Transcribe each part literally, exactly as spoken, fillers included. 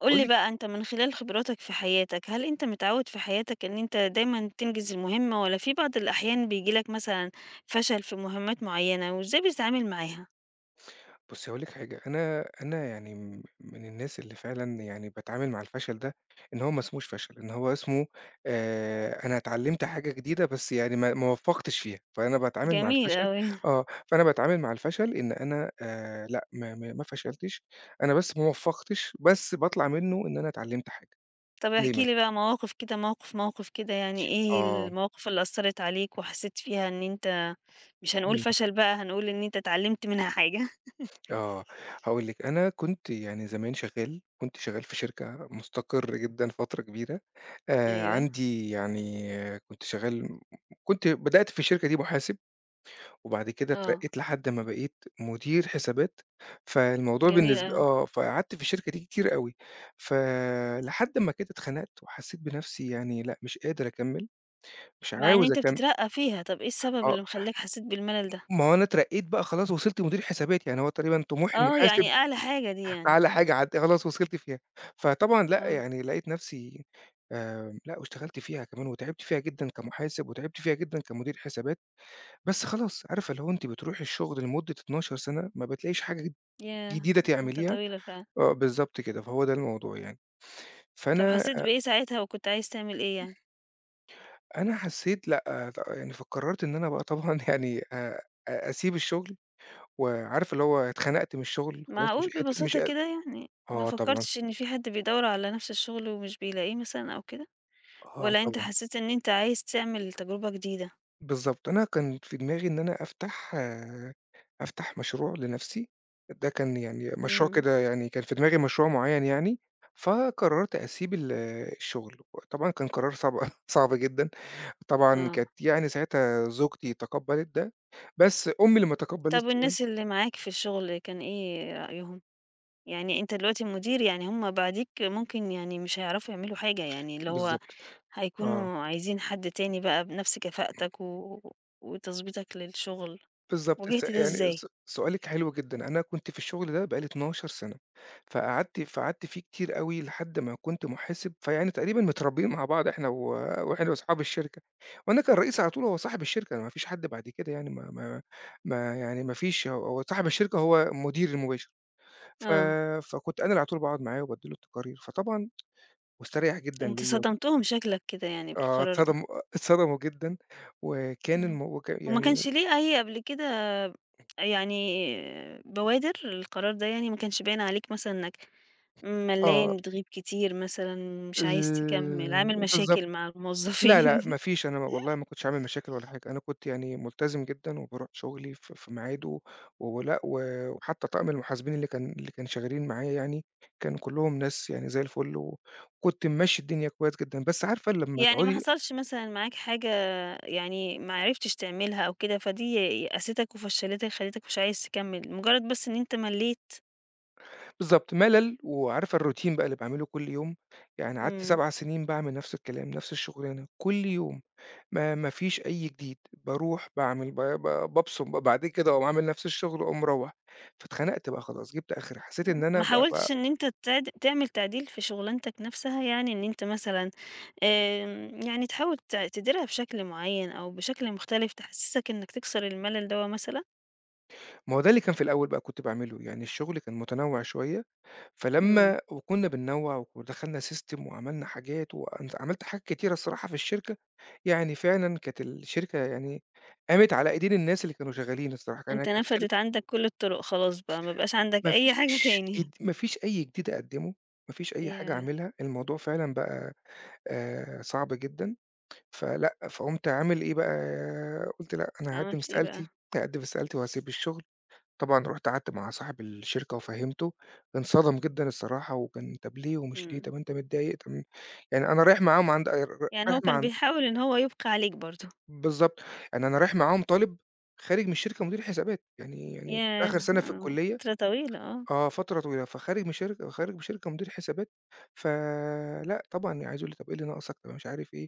قُل باقول لي لِك. بقى أنت من خلال خبراتك في حياتك، هل أنت متعوّد في حياتك إن أنت دايمًا تنجز المهمة والّا في بعض الأحيان بييجي لك مثلًا فشل في مهمات معيّنة وإزاي بتتعامل معاها؟ بُصّي هاقول لِك حاجة. أنا أنا يعني م من الناس اللي فعلًا يعني باتعامل مع الفشل ده، إن هو ما اسموش فشل، إن هو اسمه آآ أنا اتعلّمت حاجة جديدة بس يعني ما ما وفّقتش فيها، فأنا باتعامل مع جميل الفشل. أوي. آه، فأنا باتعامل مع الفشل إن أنا آآ لأ، ما ما ما فشلتش، أنا بس ما وفّقتش، بس باطلع منّه إن أنا اتعلّمت حاجة. طَب احكِ دايمًا، لي بقى مواقف كده، موقف، موقف كده يعني إيه آه. المواقف اللي أثّرت عليك وحسّيت فيها إن أنت مش هنقول إمم. فشل بقى، هنقول إن أنت اتعلّمت منها حاجة؟ آه، هاقول لِك، أنا كنت يعني زمان شغّال، كنت شغّال في شركة مُستقر جدًا فترة كبيرة، آآ أيوه، عندي يعني آه، كنت شغّال، كنت بدأت في الشركة دي محاسب، وبعد كده آه، اترقّيت لحد ما بقيت مدير حسابات. فالموضوع جميل بالنسب أوي. آه، فقعدت في الشركة دي كتير أوي، فلحد ما كده اتخنقت وحسّيت بنَفْسي يعني لأ، مش قادر أكمّل، مش مع إن عاوز أنت أكم. بتترقّى فيها، طَب إيه السبب آه، اللي مخلّاك حسّيت بالملل ده؟ ما هو أنا اترقّيت بقى خلاص، وصلت مدير حسابات، يعني هو تقريبًا طموح آه، المحاسب يعني أعلى حاجة دي يعني، أعلى حاجة، عد خلاص وصلت فيها. فطبعًا لأ، آه. يعني لقيت نفسي آآ لأ، واشتغلت فيها كمان وتعبت فيها جدًا كمحاسب، وتعبت فيها جدًا كمدير حسابات، بس خلاص عارفة اللي هو أنتِ بتروحي الشغل لمدة اتناشر سَنة ما بتلاقيش حاجة ياه! جديدة مدة تعمليها. طويلة فعلًا. آه، بالضبط كده، فهو ده الموضوع يعني. طب فأنا حسيت بإيه ساعتها وكنت عايز تعمل إيه يعني؟ أنا حسيت لأ، يعني فقررت إن أنا بقى طبعًا يعني آآ أ أسيب الشغل، وعارفة اللي هو اتخنقت من الشغل خلاص، مش معقول قادر مش ببساطة قاد. كده يعني ما آه طبعًا، فكرتش إن في حد بيدوّر على نفس الشغل ومش بيلاقيه مثلًا أو كده؟ آه والّا أنت طبعًا. حسيت إن أنت عايز تعمل تجربة جديدة؟ بالضبط، أنا كان في دماغي إن أنا أفتح آآ، أفتح مشروع لنفسي. ده كان يعني مشروع إمم، كده يعني، كان في دماغي مشروع معيّن يعني، فقررت أسيب ال الشغل، وطبعًا كان قرار صعب صعب جدًا. طبعًا آه. كانت يعني ساعتها زوجتي تقبّلت ده، بس أمي اللي ما طب تقبّلتش ده. والناس اللي معاك في الشغل كان إيه رأيهم؟ يعني أنت دلوقتي مدير، يعني هم بعديك ممكن يعني مش هيعرفوا يعملوا حاجة، يعني اللي هو بالضبط، آه. هيكونوا عايزين حد تاني بقى بنفس كفاءتك و وتضبيطك للشغل. بالضبط، الس واجهت ده يعني إزاي؟ س سؤالِك حلو جدًا، أنا كنت في الشغل ده بقى لي اتناشر سنة، فقعدت فقعدت فيه كتير أوي لحد ما كنت محاسب، فيعني تقريبًا متربيين مع بعض إحنا و وإحنا وأصحاب الشركة. وأنا كان رئيسي على طول هو صاحب الشركة، ما فيش حد بعد كده يعني ما ما ما يعني ما فيش، هو هو صاحب الشركة هو مديري المباشر، ف آه. فكنت أنا اللي على طول باقعد معاه وبادّي له التقارير، فطبعًا واستريح جدًا أنت ليّا وك. صدمتهم شكلك كده يعني آه بالقرار ده. اتصدموا، اتصدموا جدًا، وكان إمم. الم وك وما يعني كانش ليه أي قبل كده يعني بوادر القرار ده يعني ما كانش باين عليك مثلًا إنك آه ملّان، بتغيب كتير مثلًا، مش عايز تكمّل، عامل ال بالضبط. مشاكل مع لأ، لأ، الموظفين، ما فيش، أنا والله ما كنتش عامل مشاكل ولا حاجة، أنا كنت يعني ملتزم جدًا وباروح شغلي في في ميعاده ولأ، و وحتى طاقم المحاسبين اللي كان، اللي كانوا شغالين معايا يعني، كانوا كلّهم ناس يعني زي الفل، وكنت ممشّي الدنيا كويس جدًا، بس عارفة لمّا يعني ما تقعدي. حصلش مثلًا معاك حاجة يعني ما عرفتش تعملها أو كده، فدي يأستك وفشّلتك خلّتك مش عايز تكمّل، مجرد بس إن أنت ملّيت؟ بالضبط، ملل وعارفة الروتين بقى اللي باعمله كل يوم، يعني قعدت إمم. سبع سنين باعمل نفس الكلام، نفس الشغلانة كل يوم. ما ما فيش أي جديد، باروح باعمل ب ب بابصم بعد كده أقوم عامل نفس الشغل وأقوم مروّح، فاتخنقت بقى خلاص، جِبت آخري، حسيت إن أنا ما ب ب. حاولتش إن أنت تعد تعمل تعديل في شغلانتك نفسها، يعني إن أنت مثلًا آمم، يعني تحاول ت تديرها بشكل معين أو بشكل مختلف تحسسك إنك تكسر الملل دوّة مثلًا؟ ما هو ده اللي كان في الأول بقى كنت باعمله، يعني الشغل كان متنوع شوية، إمم، فلمّا وكنا بننوّع ودخلنا system وعملنا حاجات وأن عملت حاجات كتيرة الصراحة في الشركة، يعني فعلًا كانت الشركة يعني قامت على إيدين الناس اللي كانوا شغالين الصراحة. أنا أنت كانت شر نفدت عندك كل الطرق خلاص بقى، ما بقاش عندك ما أي حاجة فيش تاني. جد، ما فيش أي جديد أقدّمه، ما فيش أي حاجة ياه! أعملها، الموضوع فعلًا بقى آآ صعب جدًا، فلأ، فقُمت عامل إيه بقى، قُلت لأ، أنا هاقدّم عملت إيه بقى؟ استقالتي، هاقدّم استقالتي وهاسيب الشغل. طبعًا رُحت قعدت مع صاحب الشركة وفهّمته، انصدم جدًا الصراحة، وكان طَب ليه ومش ليه، إمم، طَب أنت متضايق، طَب يعني أنا رايح معاهم عند ر يعني رايح هو كان مع بيحاول إن هو يبقى عليك برضه. بالضبط. يعني أنا رايح معاهم طالب، خارج من الشركة مدير حسابات، يعني يعني كنت آخر ياه! سَنة في آه، الكُلّية. فترة طويلة آه، آه، فترة طويلة، فخارج من شركة، خارج من شركة مدير حسابات. فلأ طبعًا يعني عايز يقول لي: "طَب إيه اللي ناقصك؟" طَب مش عارف إيه،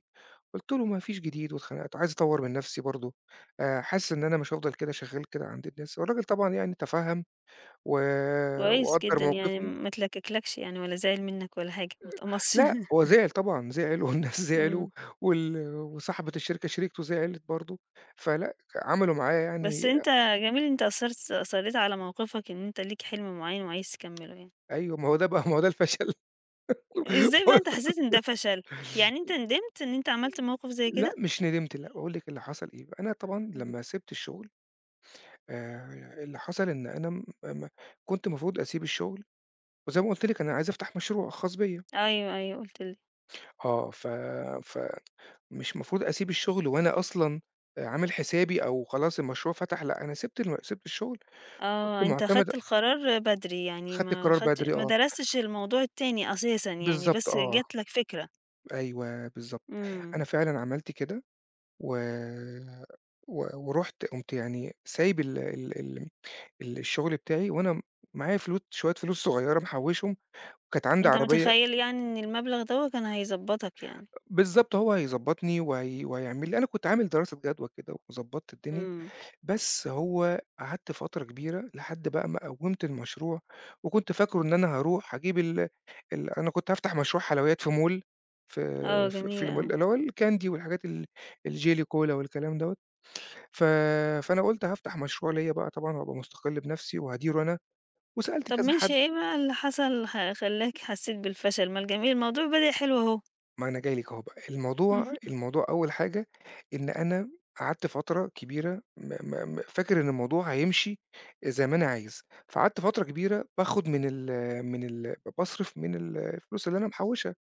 قُلت له: "ما فيش جديد." واتخنقت، عايز أطوّر من نَفْسي برضه، آآ حاسس إن أنا مش هافضل كده شغّال كده عند الناس، والراجل طبعًا يعني تفهَّم و كويس وقدّر جدًا يعني موقفي. ما اتلككلكش يعني ولا زعل منك ولا حاجة، ما اتقمصش. لأ، هو زعل طبعًا، زعل والناس زعلوا، إمم. وال وصاحبة الشركة شريكته زعلت برضه، فلأ عملوا معايا بس يعني. أنت جميل أنت أصرت أصريت على موقفك إن أنت ليك حلم معين وعايز تكمله يعني. أيوه، ما هو ده بقى، ما هو ده الفشل. إزاي بقى أنت حسيت إن ده فشل؟ يعني أنت ندمت إن أنت عملت موقف زي لأ، كده؟ مش ندمت لأ، باقول لِك اللي حصل إيه، أنا طبعًا إمم. لمّا سِبت الشغل آآ اللي حصل إن أنا م م كنت المفروض أسيب الشغل، وزي ما قُلت لِك أنا عايز أفتح مشروع خاص بيّا، أيوه، أيوه قُلت لي. آه، ف فمش المفروض أسيب الشغل وأنا أصلًا آآ عامل حسابي أو خلاص المشروع فتح، لأ أنا سِبت الم سِبت الشغل، كنت آه، أنت معتمد. خدت القرار بدري، يعني خدت ما القرار خدت بدري ما آه، درستش الموضوع التاني أساسًا يعني، بالضبط بس آه، جات لك فكرة. أيوه بالضبط، إمم. أنا فعلًا عملت كده و و ورُحت قُمت يعني سايب ال ال ال الشغل بتاعي وأنا معايا فلوس، شوية فلوس صغيرة محوّشهم، وكانت عندي أنت عربية. متخيّل يعني إن المبلغ دوّة كان هيضبّطك يعني. بالضبط، هو هيضبّطني وهي وهيعمل لي، أنا كنت عامل دراسة جدوى كده وضبّطت الدنيا، إمم. بس هو قعدت فترة كبيرة لحد بقى ما قوّمت المشروع. وكنت فاكره إن أنا هاروح أجيب ال ال أنا كنت هافتح مشروع حلويات في mall في آه، في في جميل الm أوي. اللي هو الكاندي والحاجات ال الجيلي كولا والكلام دوّة. ف فأنا قُلت هافتح مشروع ليّا بقى طبعًا وهابقى مستقل بنفسي وهاديره أنا، وسألت طَب كذا ماشي حد. إيه بقى اللي حصل خ خلّاك حسيت بالفشل؟ ما الجميل الموضوع بدأ حلو أهو. ما أنا جاي لِك أهو بقى، الموضوع، الموضوع أول حاجة إن أنا قعدت فترة كبيرة م م م فاكر إن الموضوع هيمشي زي ما أنا عايز، فقعدت فترة كبيرة باخد من ال من ال باصرف من ال الفلوس اللي أنا محوشها،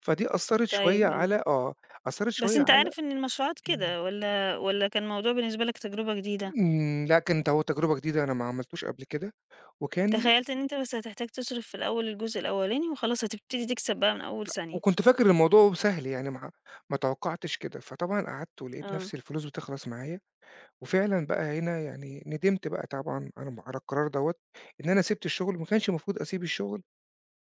فدي أثّرت طيب شوية جميل. على آه، أثّرت بس شوية أنت على. عارف إن المشروعات إمم، كده والّا والّا كان الموضوع بالنسبة لك تجربة جديدة؟ إمم، لأ كانت هو تجربة جديدة أنا ما عملتوش قبل كده، وكان تخيّلت إن أنت بس هتحتاج تصرف في الأول الجزء الأولاني وخلاص هتبتدي تكسب بقى من أول ثانية، وكنت فاكر الموضوع سهل يعني ما ما توقعتش كده، فطبعًا قعدت ولقيت آه، نفسي الفلوس بتخلص معايا، وفعلًا بقى هنا يعني ندمت بقى طبعًا على م على القرار دوّة، إن أنا سِبت الشغل، ما كانش المفروض أسيب الشغل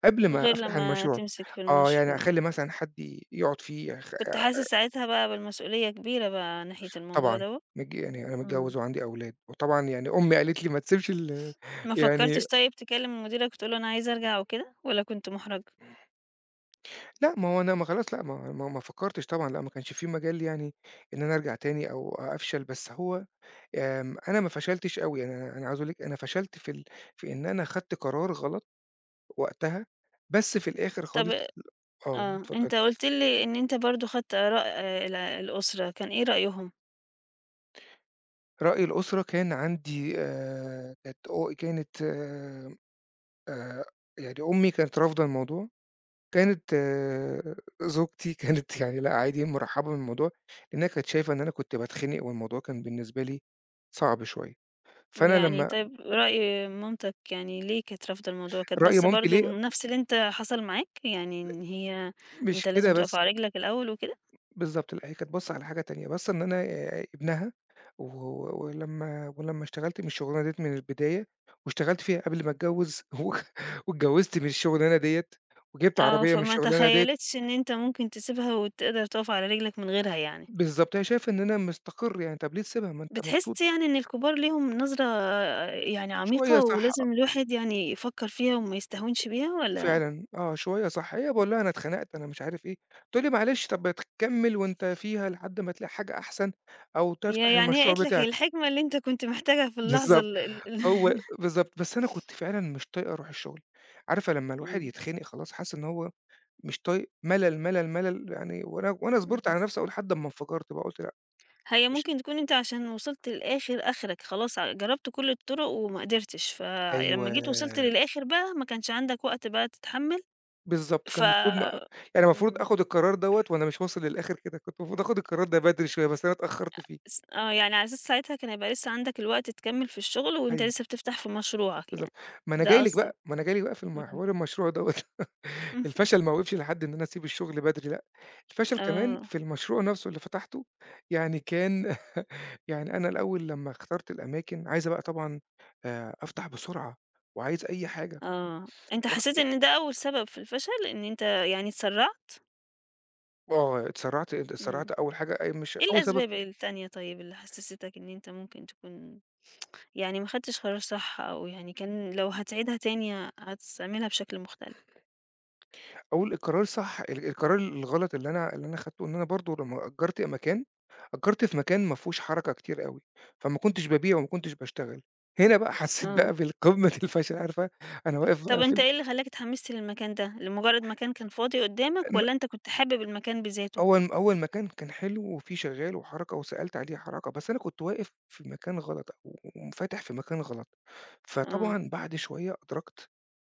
قبل ما غير أفتح لمّا المشروع. تمسك في آه، يعني المشروع. أخلّي مثلًا حد ي يقعد فيه أخ. كنت حاسس ساعتها بقى بالمسؤولية كبيرة بقى ناحية الموضوع طبعًا دوّة؟ متج يعني أنا إمم. متجوّز وعندي أولاد، وطبعًا يعني أمي قالت لي: "ما تسيبش ال" ما يعني فكّرتش طيب تكلم مديرك وتقول له أنا عايز أرجع وكده والّا كنت مُحرَج؟ لأ، ما هو أنا ما خلاص لأ، ما ما ما فكّرتش طبعًا، لأ، ما كانش في مجال يعني إن أنا أرجع تاني أو أفشل، بس هو آمم، أنا ما فشلتش أوي، يعني أنا أنا عاوز أقول لِك أنا فشلت في ال في إن أنا خدت قرار غلط وقتها، بس في الآخر طب خالص ل. آه، آه، اتفضلي. أنت قُلت لي إن أنت برضه خدت آراء ال الأسرة، كان إيه رأيهم؟ رأي الأسرة كان عندي آآ، كانت أ كانت آآ، آآ، يعني أمي كانت رافضة الموضوع، كانت آه. زوجتي كانت يعني لأ عادي، مرحبة بالموضوع، لأنها كانت شايفة إن أنا كنت باتخنق، والموضوع كان بالنسبة لي صعب شوية، فأنا يعني لما طيب رأي مامتك يعني ليه كانت رافضة الموضوع؟ كانت رأي باصة مامتي برضه ليه لنفس اللي أنت حصل معاك؟ يعني إن هي مش أنت كده لازم تُقف بس. على رجلك الأول وكده؟ بالضبط، لأ هي كانت باصّة على حاجة تانية، باصّة إن أنا آآ ابنها و ولمّا ولمّا اشتغلت من الشغلانة ديّة من البداية، واشتغلت فيها قبل ما اتجوّز و واتجوّزت من الشغلانة ديّة، وجِبت آه، عربية من فما الشغلانة ديّة. تخيّلتش إن أنت ممكن تسيبها وتقدر تُقف على رجلك من غيرها يعني. بالضبط، هي شايفة إن أنا مستقر يعني، طَب ليه تسيبها، ما أنت مبسوط. بتحس يعني إن الكبار ليهم نظرة يعني شوية عميقة صح ولازم الواحد يعني يفكّر فيها وما يستهونش بيها والّا فعلًا، آه شوية صح، هي باقول لها أنا اتخنقت أنا مش عارف إيه، تقول لي: "معلش طَب تكمّل وأنت فيها لحد ما تلاقي حاجة أحسن أو تفتح ي يعني هي المشروع قالت لك بتاعك." الحكمة اللي أنت كنت محتاجها في اللحظة بالضبط. ال ال ال هو بالضبط، بس أنا كنت فعلًا مش طايق أروح الشغل، عارفة لمّا الواحد إمم، يتخنق خلاص حاسس إن هو مش طايق، ملل، ملل، ملل يعني، وأنا وأنا صبرت اهم. على نفسي أهو لحد أمّا انفجرت بقى قُلت لأ هي مش. ممكن تكون أنت عشان وصلت للآخر آخرك، خلاص ع جرّبت كل الطُرق وما قدرتش، فلمّا جيت أيوه، وصلت للآخر بقى ما كانش عندك وقت بقى تتحمّل، بالضبط ف كان المفروض ما يعني المفروض إمم، آخُد القرار دوّة وأنا مش واصل للآخر كده، كنت المفروض آخُد القرار ده بدري شوية، بس أنا اتأخرت فيه. س آه، يعني على أساس ساعتها كان هيبقى لسه عندك الوقت تكمّل في الشغل وأنت أيوه لسه بتفتح في مشروعك بالضبط، يعني، ما أنا ده جاي لِك قصدك، بقى، ما أنا جاي لِك بقى في الم إمم، حوار المشروع دوّة اهم، الفشل ما وقفش لحد إن أنا أسيب الشغل بدري لأ، الفشل كمان آه، في المشروع نفسه اللي فتحته. يعني كان يعني أنا الأول لمّا اخترت الأماكن عايز بقى طبعًا آآ أفتح بسرعة، وعايز أي حاجة، آه، أنت رُحت حسيت جبت. إن ده أول سبب في الفشل إن أنت يعني اتسرّعت؟ آه، اتسرّعت، اتسرّعت إمم، أول حاجة، أي مش إيه أول سبب. الأسباب التانية طيب اللي حسستك إن أنت ممكن تكون يعني ما خدتش قرار صح أو يعني كان لو هتعيدها تاني ه هتعملها بشكل مختلف. أقول القرار الصح ال القرار الغلط اللي أنا، اللي أنا أخدته إن أنا برضه لمّا أجّرت مكان، أجّرت في مكان ما فيهوش حركة كتير أوي، فما كنتش بابيع وما كنتش باشتغل، هنا بقى حسّيت آه. بقى بالقمة الفشل عارفة. أنا واقف طب بقى في أنت ال إيه اللي خلّاك اتحمست للمكان ده؟ لمجرد مكان كان فاضي قدامك م. والّا أنت كنت حابب المكان بذاته؟ أول أول مكان كان حلو وفيه شغال وحركة وسألت عليه حركة، بس أنا كنت واقف في مكان غلط وفاتح في مكان غلط، آه، فطبعًا بعد شوية أدركت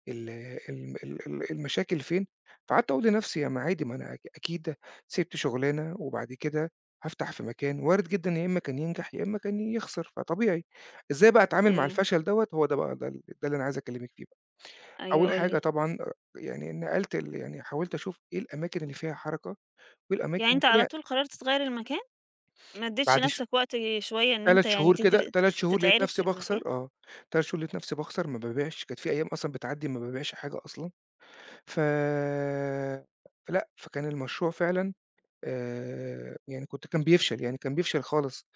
ال الم ال ال المشاكل فين، فقعدت أقول لنفسي يا ما عادي، ما أنا أك أكيد سِبت شغلانة وبعد كده هافتح في مكان وارد جدًا يا إما كان ينجح يا إما كان يخسر، فطبيعي. إزاي بقى أتعامل مع أيوه، الفشل دوّة، هو ده بقى، ده ال، ده اللي أنا عايز أكلمِك فيه بقى. أيوه أول قُل حاجة لي. طبعًا يعني نقلت ال يعني حاولت أشوف إيه الأماكن اللي فيها حركة وإيه يعني الأماكن أنت على إيه طول قررت تغيّر المكان؟ ما اديتش بعد ش نفسك وقت شوية إن ثلاث أنت يعني شهور كده، تدر ثلاث شهور لقيت تتعرف نفسي في باخسر. المكان؟ آه، تلات شهور لقيت نفسي باخسر، ما بابيعش، كانت في أيام أصلًا بتعدّي ما بابيعش حاجة أصلًا. ف فلأ، فكان المشروع فعلًا آآ، يعني كنت كان بيفشل، يعني كان بيفشل خالص،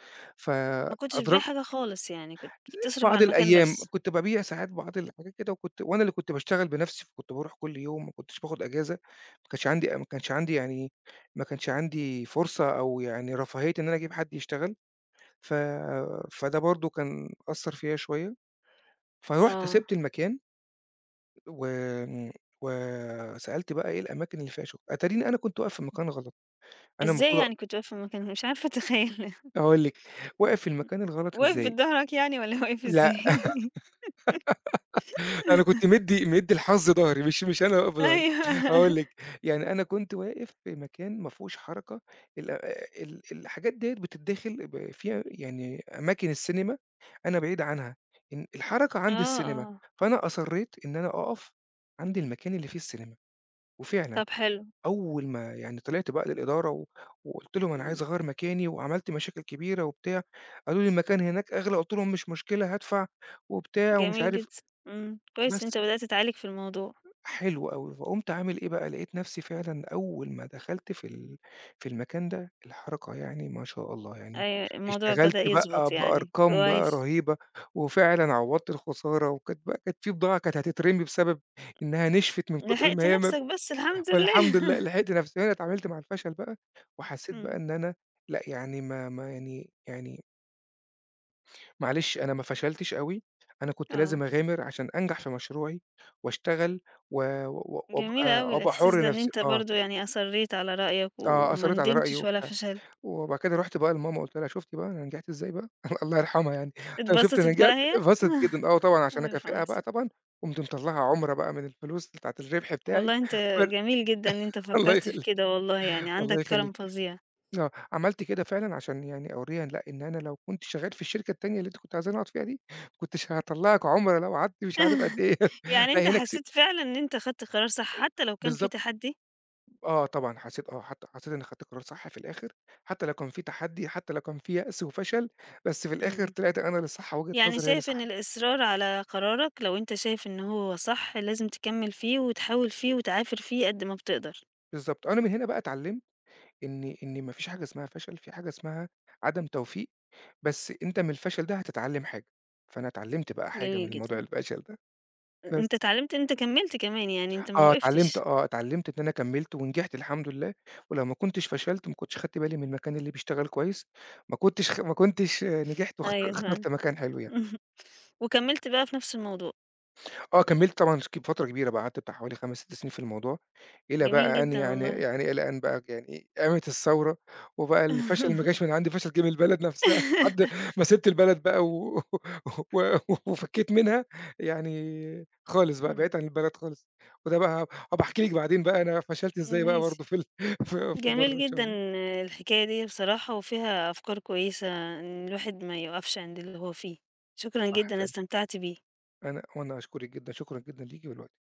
ما كنتش بتبيع فأدركت. حاجة خالص يعني، كنت بتصرف بعض على المكان الأيام بس. كنت بابيع ساعات بعض الحاجات كده، وكنت وأنا اللي كنت باشتغل بنفسي، فكنت باروح كل يوم ما كنتش باخد أجازة، ما كانش عندي ما كانش عندي يعني ما كانش عندي فرصة أو يعني رفاهية إن أنا أجيب حد يشتغل. ف فده برضه كان أثّر فيّا شوية، فرُحت آه. سِبت المكان و آمم، وسألت بقى إيه الأماكن اللي فيها شغل، أتاريني أنا كنت واقف في المكان غلط، أنا إزاي المفروض أ. يعني كنت واقف في المكان؟ مش عارفة أتخيل هاقول لِك، واقف في المكان الغلط واقف إزاي؟ بضهرك يعني والّا واقف لأ إزاي؟ أنا كنت مدّي مدّي الحظ ضهري، مش مش أنا واقف بضهري. هاقول أيوه. لك، يعني أنا كنت واقف في مكان ما فيهوش حركة، ال ال الحاجات ديّة بتتدخل ب في يعني أماكن السينما، أنا بعيد عنها، إن الحركة عند آه، السينما، آه. فأنا أصرّيت إن أنا أقف عند المكان اللي فيه السينما، وفعلًا طب حلو، أول ما يعني طلعت بقى للإدارة و وقُلت لهم أنا إمم، عايز أغيّر مكاني، وعملت مشاكل كبيرة وبتاع، قالوا لي: "المكان هناك أغلى." قُلت لهم: "مش مشكلة، هادفع." وبتاع ومش جميل عارف جدًا، إمم، كويس بس. أنت بدأت تعالج في الموضوع، حلو أوي، فقُمت عامل إيه بقى، لقيت نَفْسي فعلًا أول ما دخلت في ال في المكان ده، الحركة يعني ما شاء الله يعني، أيوه الموضوع اشتغلت بدأ بقى يضبط يعني، بأرقام بقى كويس، رهيبة، وفعلًا عوّضت الخسارة، وكانت بقى كانت في بضاعة كانت هتترمي بسبب إنها نشفت من كتر ما لحقت هي ما. نفسك بس الحمد لله. والحمد لله لحقت نَفْسي، هنا اتعاملت مع الفشل بقى، وحسيت بقى إمم، إن أنا لأ، يعني ما ما يعني يعني معلش، أنا ما فشلتش أوي، أنا كنت لازم آه، أغامر عشان أنجح في مشروعي وأشتغل و و وأبقى، جميل أوي وأبقى الإحساس ده حُر إن نفسي أنت آه. برضه يعني أصرّيت على رأيك آه، وما أثّرِت على رأيي ندمتش ولا وبتاع، فشلت، وبعد كده رُحت بقى لماما قُلت لها شُفتِ بقى أنا نجحت إزاي بقى الله يرحمها يعني، قُلت لها شُفتِ أنا اتبسطت نجحت، بقى هي؟ اتبسطت جدًا آه طبعًا، عشان الله يرحمها أكافئها يا بقى ستي، طبعًا، قُمت مطلّعة عُمْرة بقى من الفلوس بتاعة الربح بتاعي، والله أنت جميل جدًا إن أنت الله فكّرت في يخلّيك، كده والله يعني الله عندك كرم يخلّيك. فظيع. آه، عملت كده فعلًا عشان يعني أورّيها لأ، إن أنا لو كنت شغّال في الشركة التانية اللي أنت كنت عايزاني أقعد فيها دي، ما كنتش هاطلّعك عُمرة لو قعدت مش عارف قد إيه يعني لأ، أنت هنا كسبت. حسّيت فعلًا إن أنت خدت قرار صح، حتى لو كان في بالضبط، تحدي؟ آه، طبعًا حسّيت آه، حتى حسّيت إنّي خدت قرار صح في الآخِر، حتى لو كان في تحدّي، حتى لو كان في يأس وفشل، بس في الآخِر إمم. طلعت أنا اللي صح، وجهة يعني نظري هي اللي شايف إن صح. الإصرار على قرارك لو أنت شايف إن هو صح لازم تكمّل فيه وتحاول فيه وتعافر فيه قد ما بتقدر. بالضبط، أنا من هنا بقى اتعلّمت إن إن ما فيش حاجة اسمها فشل، في حاجة اسمها عدم توفيق، بس أنت من الفشل ده هتتعلّم حاجة، فأنا اتعلّمت بقى حاجة جميل من موضوع جدًا. الفشل ده، أ بس. أنت اتعلمت إن أنت كمّلت كمان، يعني أنت ما آه، اتعلّمت وقفتش. آه، اتعلّمت إن أنا كمّلت ونجحت الحمد لله، ولو ما كنتش فشلت ما كنتش خدت بالي من المكان اللي بيشتغل كويس، ما كنتش خ ما كنتش آه، نجحت واخت أيوه فعلًا. اخترت مكان حلو يعني. وكمّلت بقى في نفس الموضوع. آه، كمّلت طبعًا ك فترة كبيرة بقى، قعدت بتاع حوالي خمس، ست سنين في الموضوع، إلى جميل بقى أن جدًا يعني والله. يعني إلى أن بقى يعني إيه، قامت الثورة وبقى الفشل ما جاش من عندي، الفشل جه من البلد نفسها، لحد ما سِبت البلد بقى و و وفكّيت منها يعني خالص بقى، بعدت إمم. عن البلد خالص، وده بقى هابقى أحكي لِك بعدين بقى أنا فشلت إزاي بقى ماشي. برضه في ال في في برّه جميل إن شاء جدًا الله. الحكاية دي بصراحة وفيها أفكار كويسة إن الواحد ما يقفش عند اللي هو فيه. شكرًا صح جدًا، أنا فعلًا، استمتعت بيه. أنا وأنا أشكرِك جدًا، شكرًا جدًا ليكِ ولوقتِك.